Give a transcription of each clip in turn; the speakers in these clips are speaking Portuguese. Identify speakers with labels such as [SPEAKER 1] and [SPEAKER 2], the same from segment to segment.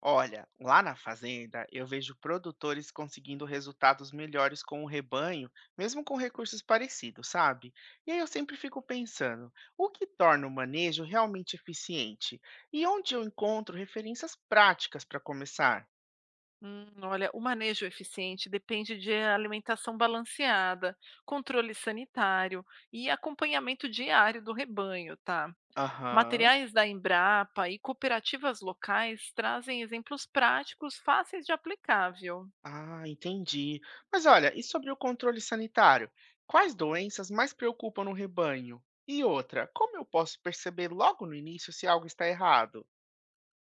[SPEAKER 1] Olha, lá na fazenda eu vejo produtores conseguindo resultados melhores com o rebanho, mesmo com recursos parecidos, sabe? E aí eu sempre fico pensando, o que torna o manejo realmente eficiente? E onde eu encontro referências práticas para começar?
[SPEAKER 2] Olha, o manejo eficiente depende de alimentação balanceada, controle sanitário e acompanhamento diário do rebanho, tá?
[SPEAKER 1] Aham.
[SPEAKER 2] Materiais da Embrapa e cooperativas locais trazem exemplos práticos fáceis de aplicar, viu?
[SPEAKER 1] Ah, entendi. Mas olha, e sobre o controle sanitário? Quais doenças mais preocupam no rebanho? E outra, como eu posso perceber logo no início se algo está errado?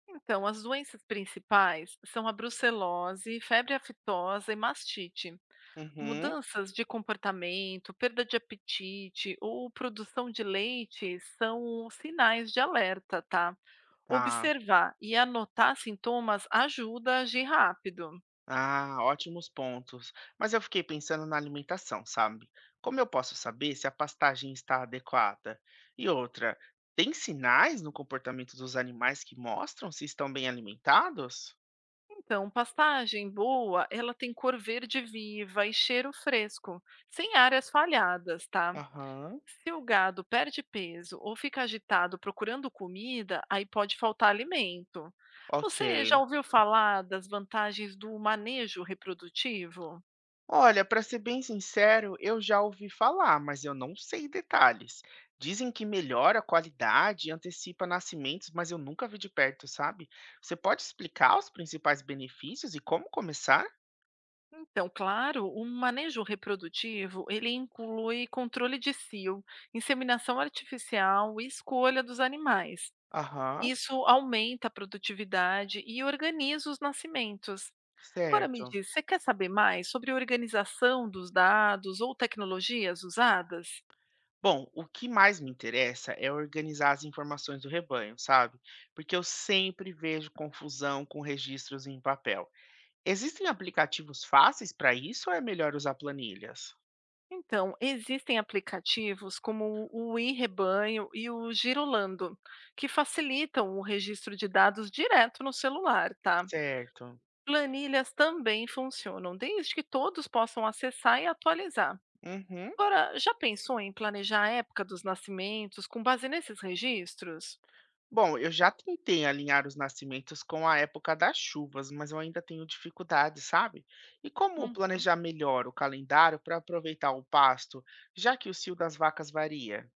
[SPEAKER 2] Então, as doenças principais são a brucelose, febre aftosa e mastite.
[SPEAKER 1] Uhum,
[SPEAKER 2] Mudanças de comportamento, perda de apetite ou produção de leite são sinais de alerta, tá?
[SPEAKER 1] tá.
[SPEAKER 2] Observar e anotar sintomas ajuda a agir rápido.
[SPEAKER 1] Ah, ótimos pontos. Mas eu fiquei pensando na alimentação, sabe? Como eu posso saber se a pastagem está adequada? E outra, tem sinais no comportamento dos animais que mostram se estão bem alimentados?
[SPEAKER 2] Então, pastagem boa, ela tem cor verde viva e cheiro fresco, sem áreas falhadas, tá?
[SPEAKER 1] Aham,
[SPEAKER 2] Se o gado perde peso ou fica agitado procurando comida, aí pode faltar alimento.
[SPEAKER 1] ok.
[SPEAKER 2] Você já ouviu falar das vantagens do manejo reprodutivo?
[SPEAKER 1] Olha, para ser bem sincero, eu já ouvi falar, mas eu não sei detalhes. Dizem que melhora a qualidade e antecipa nascimentos, mas eu nunca vi de perto, sabe? Você pode explicar os principais benefícios e como começar?
[SPEAKER 2] Então, claro, o manejo reprodutivo, ele inclui controle de cio, inseminação artificial e escolha dos animais.
[SPEAKER 1] Aham.
[SPEAKER 2] Isso aumenta a produtividade e organiza os nascimentos. Agora me
[SPEAKER 1] Certo.
[SPEAKER 2] diz, você quer saber mais sobre a organização dos dados ou tecnologias usadas?
[SPEAKER 1] Bom, o que mais me interessa é organizar as informações do rebanho, sabe? Porque eu sempre vejo confusão com registros em papel. Existem aplicativos fáceis para isso ou é melhor usar planilhas?
[SPEAKER 2] Então, existem aplicativos como o iRebanho e o Girolando, que facilitam o registro de dados direto no celular, tá?
[SPEAKER 1] Certo.
[SPEAKER 2] Planilhas também funcionam, desde que todos possam acessar e atualizar.
[SPEAKER 1] Uhum.
[SPEAKER 2] Agora, já pensou em planejar a época dos nascimentos com base nesses registros?
[SPEAKER 1] Bom, eu já tentei alinhar os nascimentos com a época das chuvas, mas eu ainda tenho dificuldade, sabe? E como
[SPEAKER 2] Uhum.
[SPEAKER 1] planejar melhor o calendário para aproveitar o pasto, já que o cio das vacas varia?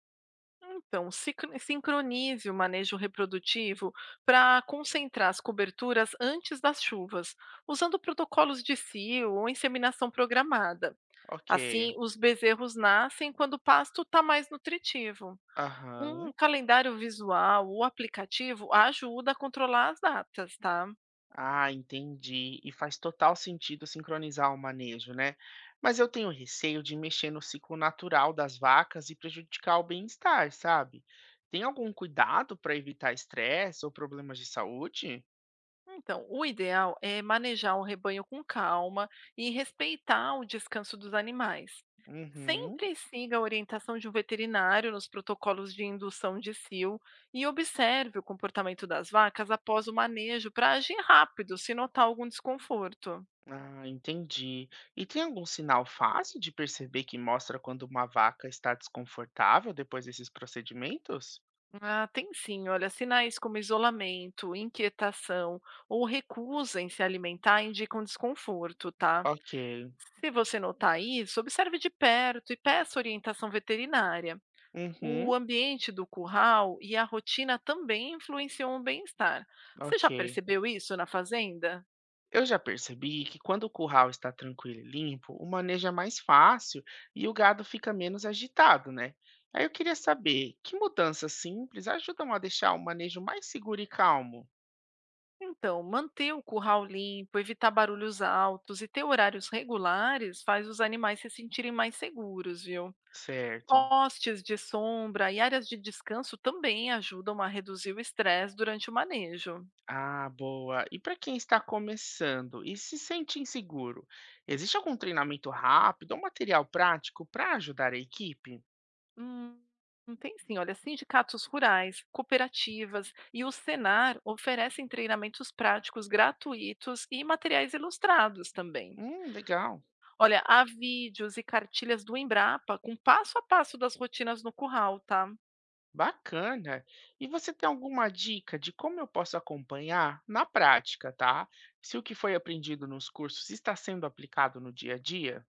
[SPEAKER 2] Então, sincronize o manejo reprodutivo para concentrar as coberturas antes das chuvas, usando protocolos de cio ou inseminação programada.
[SPEAKER 1] Ok.
[SPEAKER 2] Assim, os bezerros nascem quando o pasto está mais nutritivo. Um
[SPEAKER 1] Aham.
[SPEAKER 2] calendário visual ou aplicativo ajuda a controlar as datas, tá?
[SPEAKER 1] Ah, entendi. E faz total sentido sincronizar o manejo, né? Mas eu tenho receio de mexer no ciclo natural das vacas e prejudicar o bem-estar, sabe? Tem algum cuidado para evitar estresse ou problemas de saúde?
[SPEAKER 2] Então, o ideal é manejar o rebanho com calma e respeitar o descanso dos animais.
[SPEAKER 1] Uhum.
[SPEAKER 2] Sempre siga a orientação de um veterinário nos protocolos de indução de cio e observe o comportamento das vacas após o manejo para agir rápido se notar algum desconforto.
[SPEAKER 1] Ah, entendi. E tem algum sinal fácil de perceber que mostra quando uma vaca está desconfortável depois desses procedimentos?
[SPEAKER 2] Ah, tem sim. Olha, sinais como isolamento, inquietação ou recusa em se alimentar indicam desconforto, tá?
[SPEAKER 1] Ok.
[SPEAKER 2] Se você notar isso, observe de perto e peça orientação veterinária. O
[SPEAKER 1] Uhum,
[SPEAKER 2] ambiente do curral e a rotina também influenciam o bem-estar. Você
[SPEAKER 1] ok.
[SPEAKER 2] já percebeu isso na fazenda?
[SPEAKER 1] Eu já percebi que quando o curral está tranquilo e limpo, o manejo é mais fácil e o gado fica menos agitado, né? Aí eu queria saber, que mudanças simples ajudam a deixar o manejo mais seguro e calmo?
[SPEAKER 2] Então, manter o curral limpo, evitar barulhos altos e ter horários regulares faz os animais se sentirem mais seguros, viu?
[SPEAKER 1] Certo.
[SPEAKER 2] Postes de sombra e áreas de descanso também ajudam a reduzir o estresse durante o manejo.
[SPEAKER 1] Ah, boa. E para quem está começando e se sente inseguro, existe algum treinamento rápido ou material prático para ajudar a equipe?
[SPEAKER 2] Hum, Tem sim, olha, sindicatos rurais, cooperativas e o Senar oferecem treinamentos práticos gratuitos e materiais ilustrados também.
[SPEAKER 1] Legal.
[SPEAKER 2] Olha, há vídeos e cartilhas do Embrapa com passo a passo das rotinas no curral, tá?
[SPEAKER 1] Bacana. E você tem alguma dica de como eu posso acompanhar na prática, tá? Se o que foi aprendido nos cursos está sendo aplicado no dia a dia?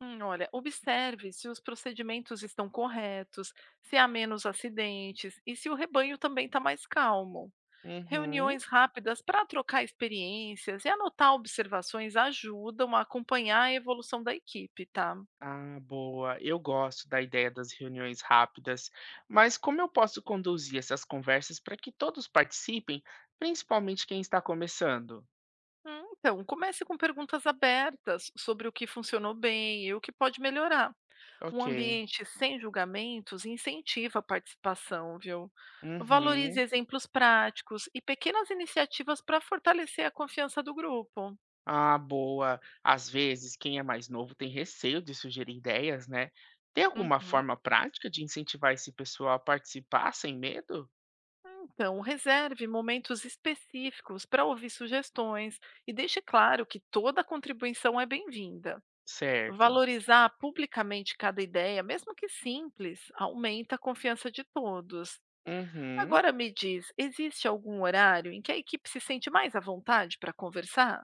[SPEAKER 2] Olha, observe se os procedimentos estão corretos, se há menos acidentes e se o rebanho também está mais calmo.
[SPEAKER 1] Uhum.
[SPEAKER 2] Reuniões rápidas para trocar experiências e anotar observações ajudam a acompanhar a evolução da equipe, tá?
[SPEAKER 1] Ah, boa. Eu gosto da ideia das reuniões rápidas, mas como eu posso conduzir essas conversas para que todos participem, principalmente quem está começando?
[SPEAKER 2] Então, comece com perguntas abertas sobre o que funcionou bem e o que pode melhorar. Um
[SPEAKER 1] Ok.
[SPEAKER 2] ambiente sem julgamentos incentiva a participação, viu? Valorize
[SPEAKER 1] Uhum.
[SPEAKER 2] exemplos práticos e pequenas iniciativas para fortalecer a confiança do grupo.
[SPEAKER 1] Ah, boa. Às vezes, quem é mais novo tem receio de sugerir ideias, né? Tem alguma
[SPEAKER 2] Uhum.
[SPEAKER 1] forma prática de incentivar esse pessoal a participar sem medo?
[SPEAKER 2] Então, reserve momentos específicos para ouvir sugestões e deixe claro que toda contribuição é bem-vinda.
[SPEAKER 1] Certo.
[SPEAKER 2] Valorizar publicamente cada ideia, mesmo que simples, aumenta a confiança de todos.
[SPEAKER 1] Uhum.
[SPEAKER 2] Agora me diz, existe algum horário em que a equipe se sente mais à vontade para conversar?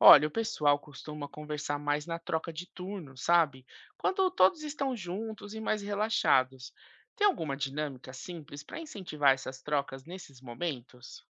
[SPEAKER 1] Olha, o pessoal costuma conversar mais na troca de turno, sabe? Quando todos estão juntos e mais relaxados. Tem alguma dinâmica simples para incentivar essas trocas nesses momentos?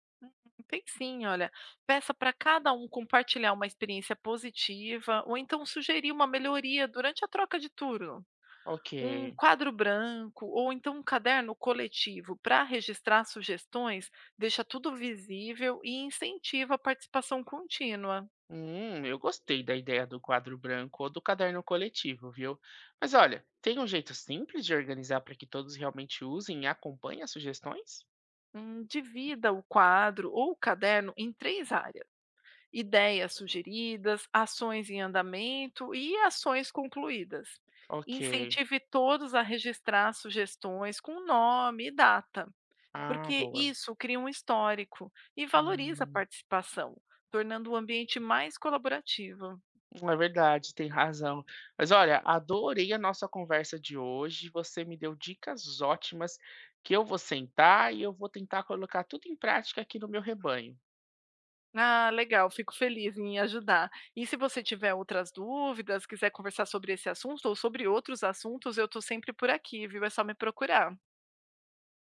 [SPEAKER 2] Tem sim, olha. Peça para cada um compartilhar uma experiência positiva ou então sugerir uma melhoria durante a troca de turno.
[SPEAKER 1] Ok.
[SPEAKER 2] Um quadro branco ou então um caderno coletivo para registrar sugestões deixa tudo visível e incentiva a participação contínua.
[SPEAKER 1] Eu gostei da ideia do quadro branco ou do caderno coletivo, viu? Mas olha, tem um jeito simples de organizar para que todos realmente usem e acompanhem as sugestões?
[SPEAKER 2] Divida o quadro ou o caderno em três áreas: ideias sugeridas, ações em andamento e ações concluídas.
[SPEAKER 1] Ok.
[SPEAKER 2] Incentive todos a registrar sugestões com nome e data,
[SPEAKER 1] Ah,
[SPEAKER 2] porque
[SPEAKER 1] boa.
[SPEAKER 2] isso cria um histórico e valoriza a
[SPEAKER 1] Hum,
[SPEAKER 2] participação, tornando o ambiente mais colaborativo.
[SPEAKER 1] é verdade, tem razão. Mas olha, adorei a nossa conversa de hoje. Você me deu dicas ótimas que eu vou sentar e eu vou tentar colocar tudo em prática aqui no meu rebanho.
[SPEAKER 2] Ah, legal, fico feliz em ajudar. E se você tiver outras dúvidas, quiser conversar sobre esse assunto ou sobre outros assuntos, eu estou sempre por aqui, viu? É só me procurar.